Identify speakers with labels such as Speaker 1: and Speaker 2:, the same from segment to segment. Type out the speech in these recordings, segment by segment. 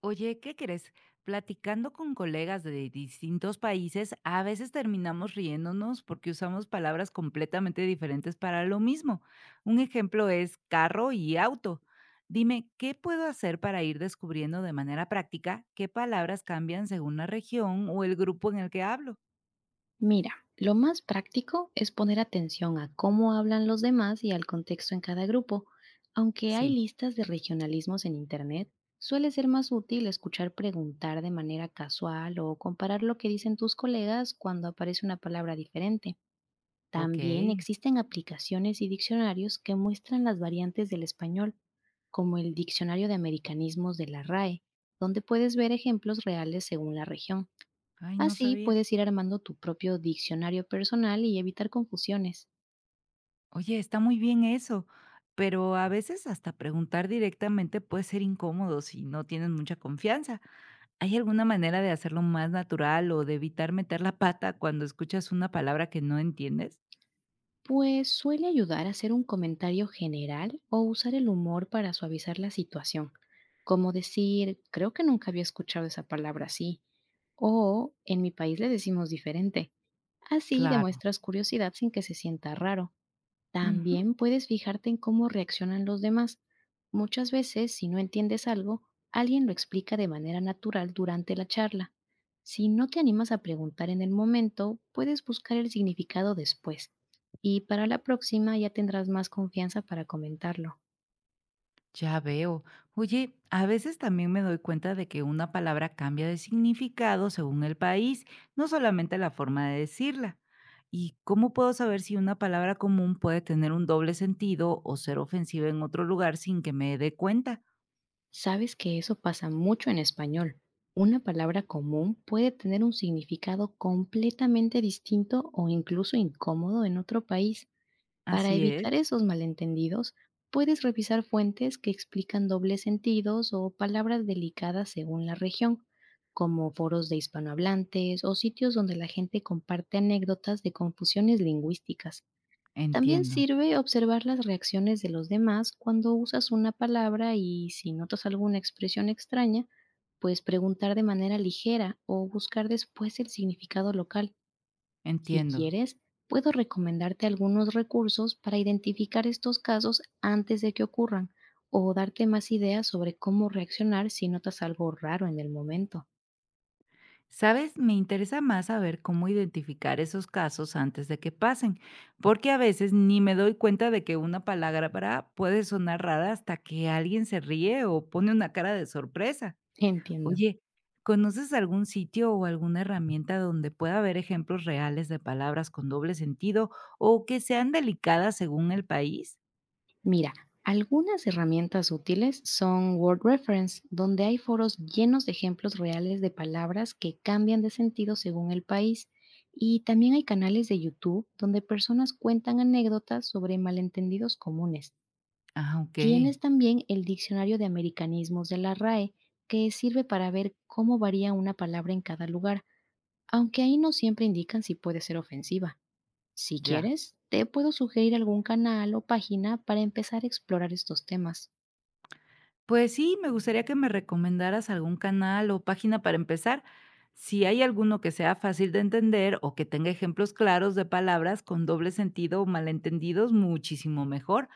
Speaker 1: Oye, ¿qué crees? Platicando con colegas de distintos países, a veces terminamos riéndonos porque usamos palabras completamente diferentes para lo mismo. Un ejemplo es carro y auto. Dime, ¿qué puedo hacer para ir descubriendo de manera práctica qué palabras cambian según la región o el grupo en el que hablo?
Speaker 2: Mira, lo más práctico es poner atención a cómo hablan los demás y al contexto en cada grupo. Aunque hay
Speaker 1: Sí,
Speaker 2: listas de regionalismos en Internet, suele ser más útil escuchar, preguntar de manera casual o comparar lo que dicen tus colegas cuando aparece una palabra diferente.
Speaker 1: ok.
Speaker 2: También existen aplicaciones y diccionarios que muestran las variantes del español, como el Diccionario de Americanismos de la RAE, donde puedes ver ejemplos reales según la región.
Speaker 1: Ay, no
Speaker 2: Así
Speaker 1: sabía.
Speaker 2: puedes ir armando tu propio diccionario personal y evitar confusiones.
Speaker 1: Oye, está muy bien eso, pero a veces hasta preguntar directamente puede ser incómodo si no tienes mucha confianza. ¿Hay alguna manera de hacerlo más natural o de evitar meter la pata cuando escuchas una palabra que no entiendes?
Speaker 2: Pues suele ayudar a hacer un comentario general o usar el humor para suavizar la situación, como decir, creo que nunca había escuchado esa palabra así, o en mi país le decimos diferente. Así
Speaker 1: Claro.
Speaker 2: demuestras curiosidad sin que se sienta raro.
Speaker 1: Ujú.
Speaker 2: También puedes fijarte en cómo reaccionan los demás. Muchas veces, si no entiendes algo, alguien lo explica de manera natural durante la charla. Si no te animas a preguntar en el momento, puedes buscar el significado después. Y para la próxima ya tendrás más confianza para comentarlo.
Speaker 1: Ya veo. Oye, a veces también me doy cuenta de que una palabra cambia de significado según el país, no solamente la forma de decirla. ¿Y cómo puedo saber si una palabra común puede tener un doble sentido o ser ofensiva en otro lugar sin que me dé cuenta?
Speaker 2: Sabes que eso pasa mucho en español. Una palabra común puede tener un significado completamente distinto o incluso incómodo en otro país. Para
Speaker 1: Así es.
Speaker 2: evitar esos malentendidos, puedes revisar fuentes que explican dobles sentidos o palabras delicadas según la región, como foros de hispanohablantes o sitios donde la gente comparte anécdotas de confusiones lingüísticas. También
Speaker 1: Entiendo,
Speaker 2: sirve observar las reacciones de los demás cuando usas una palabra, y si notas alguna expresión extraña, pues preguntar de manera ligera o buscar después el significado local. Si
Speaker 1: entiendo.
Speaker 2: quieres, puedo recomendarte algunos recursos para identificar estos casos antes de que ocurran, o darte más ideas sobre cómo reaccionar si notas algo raro en el momento.
Speaker 1: ¿Sabes? Me interesa más saber cómo identificar esos casos antes de que pasen, porque a veces ni me doy cuenta de que una palabra puede sonar rara hasta que alguien se ríe o pone una cara de sorpresa.
Speaker 2: Entiendo.
Speaker 1: Oye, ¿conoces algún sitio o alguna herramienta donde pueda haber ejemplos reales de palabras con doble sentido o que sean delicadas según el país?
Speaker 2: Mira, algunas herramientas útiles son Word Reference, donde hay foros llenos de ejemplos reales de palabras que cambian de sentido según el país. Y también hay canales de YouTube donde personas cuentan anécdotas sobre malentendidos comunes.
Speaker 1: Ah, ok.
Speaker 2: Tienes también el Diccionario de Americanismos de la RAE, que sirve para ver cómo varía una palabra en cada lugar, aunque ahí no siempre indican si puede ser ofensiva. Si
Speaker 1: Ya.
Speaker 2: quieres, te puedo sugerir algún canal o página para empezar a explorar estos temas.
Speaker 1: Pues sí, me gustaría que me recomendaras algún canal o página para empezar. Si hay alguno que sea fácil de entender o que tenga ejemplos claros de palabras con doble sentido o malentendidos, muchísimo mejor.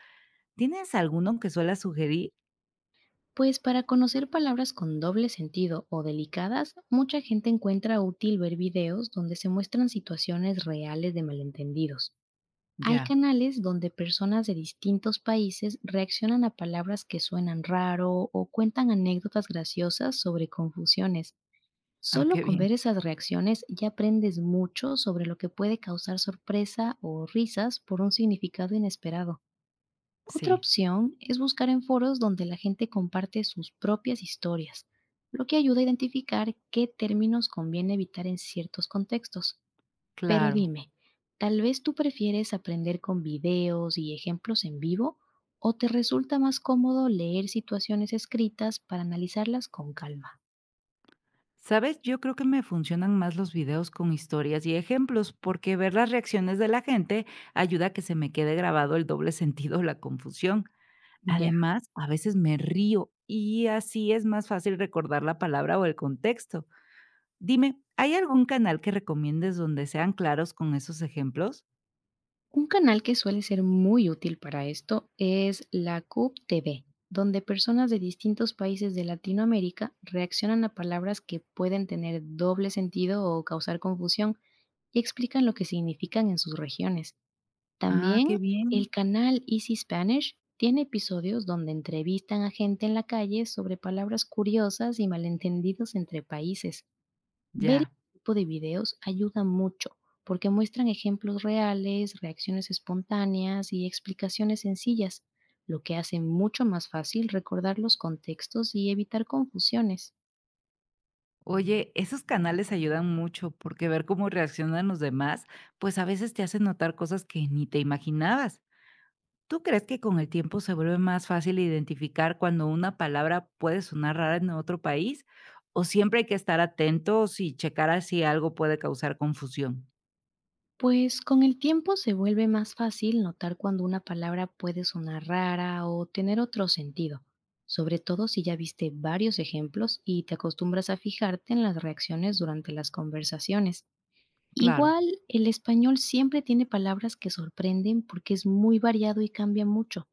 Speaker 1: ¿Tienes alguno que suela sugerir?
Speaker 2: Pues para conocer palabras con doble sentido o delicadas, mucha gente encuentra útil ver videos donde se muestran situaciones reales de malentendidos. Hay
Speaker 1: Ya.
Speaker 2: canales donde personas de distintos países reaccionan a palabras que suenan raro o cuentan anécdotas graciosas sobre confusiones.
Speaker 1: Ah,
Speaker 2: Solo
Speaker 1: qué
Speaker 2: con
Speaker 1: bien.
Speaker 2: ver esas reacciones ya aprendes mucho sobre lo que puede causar sorpresa o risas por un significado inesperado. Otra
Speaker 1: Sí,
Speaker 2: opción es buscar en foros donde la gente comparte sus propias historias, lo que ayuda a identificar qué términos conviene evitar en ciertos contextos. Pero
Speaker 1: claro.
Speaker 2: dime, ¿tal vez tú prefieres aprender con videos y ejemplos en vivo, o te resulta más cómodo leer situaciones escritas para analizarlas con calma?
Speaker 1: Sabes, yo creo que me funcionan más los videos con historias y ejemplos, porque ver las reacciones de la gente ayuda a que se me quede grabado el doble sentido o la confusión.
Speaker 2: Ya.
Speaker 1: Además, a veces me río y así es más fácil recordar la palabra o el contexto. Dime, ¿hay algún canal que recomiendes donde sean claros con esos ejemplos?
Speaker 2: Un canal que suele ser muy útil para esto es la CUP TV, donde personas de distintos países de Latinoamérica reaccionan a palabras que pueden tener doble sentido o causar confusión y explican lo que significan en sus regiones.
Speaker 1: Ah,
Speaker 2: También
Speaker 1: qué
Speaker 2: el
Speaker 1: bien.
Speaker 2: canal Easy Spanish tiene episodios donde entrevistan a gente en la calle sobre palabras curiosas y malentendidos entre países. Ver este
Speaker 1: Ya.
Speaker 2: tipo de videos ayuda mucho, porque muestran ejemplos reales, reacciones espontáneas y explicaciones sencillas, lo que hace mucho más fácil recordar los contextos y evitar confusiones.
Speaker 1: Oye, esos canales ayudan mucho porque ver cómo reaccionan los demás, pues a veces te hacen notar cosas que ni te imaginabas. ¿Tú crees que con el tiempo se vuelve más fácil identificar cuando una palabra puede sonar rara en otro país? ¿O siempre hay que estar atentos y checar si algo puede causar confusión?
Speaker 2: Pues con el tiempo se vuelve más fácil notar cuando una palabra puede sonar rara o tener otro sentido, sobre todo si ya viste varios ejemplos y te acostumbras a fijarte en las reacciones durante las conversaciones.
Speaker 1: Claro,
Speaker 2: Igual, el español siempre tiene palabras que sorprenden porque es muy variado y cambia mucho,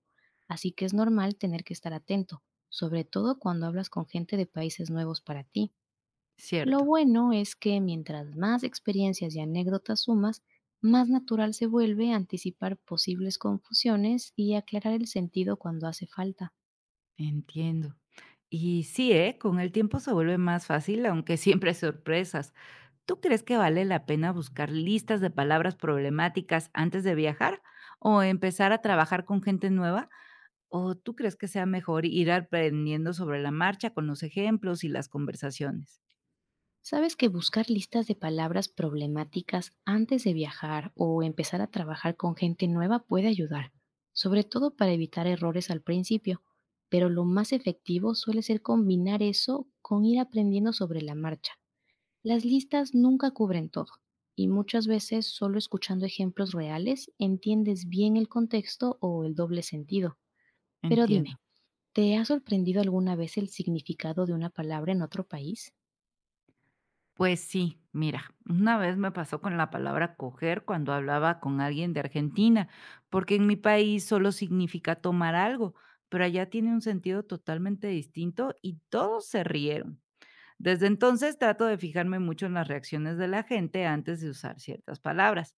Speaker 2: así que es normal tener que estar atento, sobre todo cuando hablas con gente de países nuevos para ti. Lo
Speaker 1: cierto,
Speaker 2: bueno es que mientras más experiencias y anécdotas sumas, más natural se vuelve anticipar posibles confusiones y aclarar el sentido cuando hace falta.
Speaker 1: entiendo. Y sí, ¿eh? Con el tiempo se vuelve más fácil, aunque siempre hay sorpresas. ¿Tú crees que vale la pena buscar listas de palabras problemáticas antes de viajar o empezar a trabajar con gente nueva? ¿O tú crees que sea mejor ir aprendiendo sobre la marcha con los ejemplos y las conversaciones?
Speaker 2: ¿Sabes que buscar listas de palabras problemáticas antes de viajar o empezar a trabajar con gente nueva puede ayudar? Sobre todo para evitar errores al principio, pero lo más efectivo suele ser combinar eso con ir aprendiendo sobre la marcha. Las listas nunca cubren todo, y muchas veces solo escuchando ejemplos reales entiendes bien el contexto o el doble sentido. Pero
Speaker 1: Entiendo.
Speaker 2: dime, ¿te ha sorprendido alguna vez el significado de una palabra en otro país?
Speaker 1: Pues sí, mira, una vez me pasó con la palabra coger cuando hablaba con alguien de Argentina, porque en mi país solo significa tomar algo, pero allá tiene un sentido totalmente distinto y todos se rieron. Desde entonces trato de fijarme mucho en las reacciones de la gente antes de usar ciertas palabras.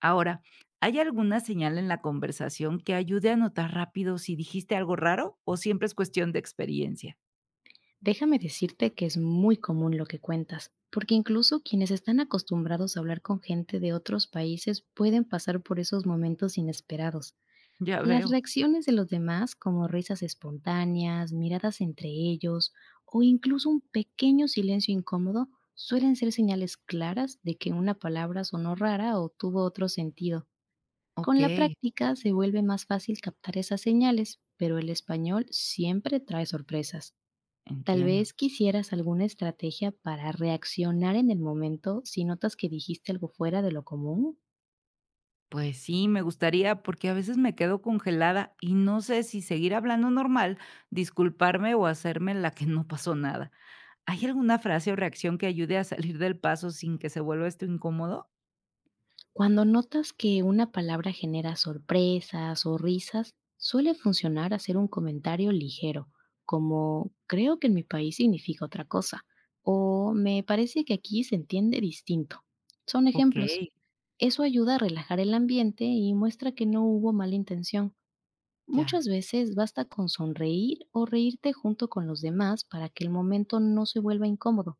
Speaker 1: Ahora, ¿hay alguna señal en la conversación que ayude a notar rápido si dijiste algo raro o siempre es cuestión de experiencia?
Speaker 2: Déjame decirte que es muy común lo que cuentas, porque incluso quienes están acostumbrados a hablar con gente de otros países pueden pasar por esos momentos inesperados.
Speaker 1: Ya
Speaker 2: Las
Speaker 1: veo.
Speaker 2: reacciones de los demás, como risas espontáneas, miradas entre ellos o incluso un pequeño silencio incómodo, suelen ser señales claras de que una palabra sonó rara o tuvo otro sentido.
Speaker 1: Ok,
Speaker 2: Con la práctica se vuelve más fácil captar esas señales, pero el español siempre trae sorpresas. Tal
Speaker 1: entiendo.
Speaker 2: vez quisieras alguna estrategia para reaccionar en el momento si notas que dijiste algo fuera de lo común.
Speaker 1: Pues sí, me gustaría, porque a veces me quedo congelada y no sé si seguir hablando normal, disculparme o hacerme la que no pasó nada. ¿Hay alguna frase o reacción que ayude a salir del paso sin que se vuelva esto incómodo?
Speaker 2: Cuando notas que una palabra genera sorpresas o risas, suele funcionar hacer un comentario ligero, como, creo que en mi país significa otra cosa, o me parece que aquí se entiende distinto. Son
Speaker 1: Ok,
Speaker 2: ejemplos. Eso ayuda a relajar el ambiente y muestra que no hubo mala intención.
Speaker 1: ya,
Speaker 2: Muchas veces basta con sonreír o reírte junto con los demás para que el momento no se vuelva incómodo.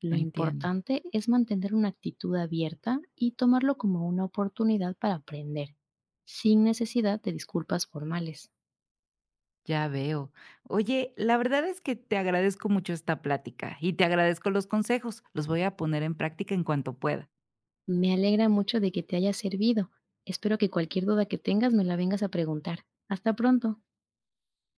Speaker 2: Lo
Speaker 1: entiendo,
Speaker 2: importante es mantener una actitud abierta y tomarlo como una oportunidad para aprender, sin necesidad de disculpas formales.
Speaker 1: ya veo. Oye, la verdad es que te agradezco mucho esta plática y te agradezco los consejos. Los voy a poner en práctica en cuanto pueda.
Speaker 2: Me alegra mucho de que te haya servido. Espero que cualquier duda que tengas me la vengas a preguntar. Hasta pronto.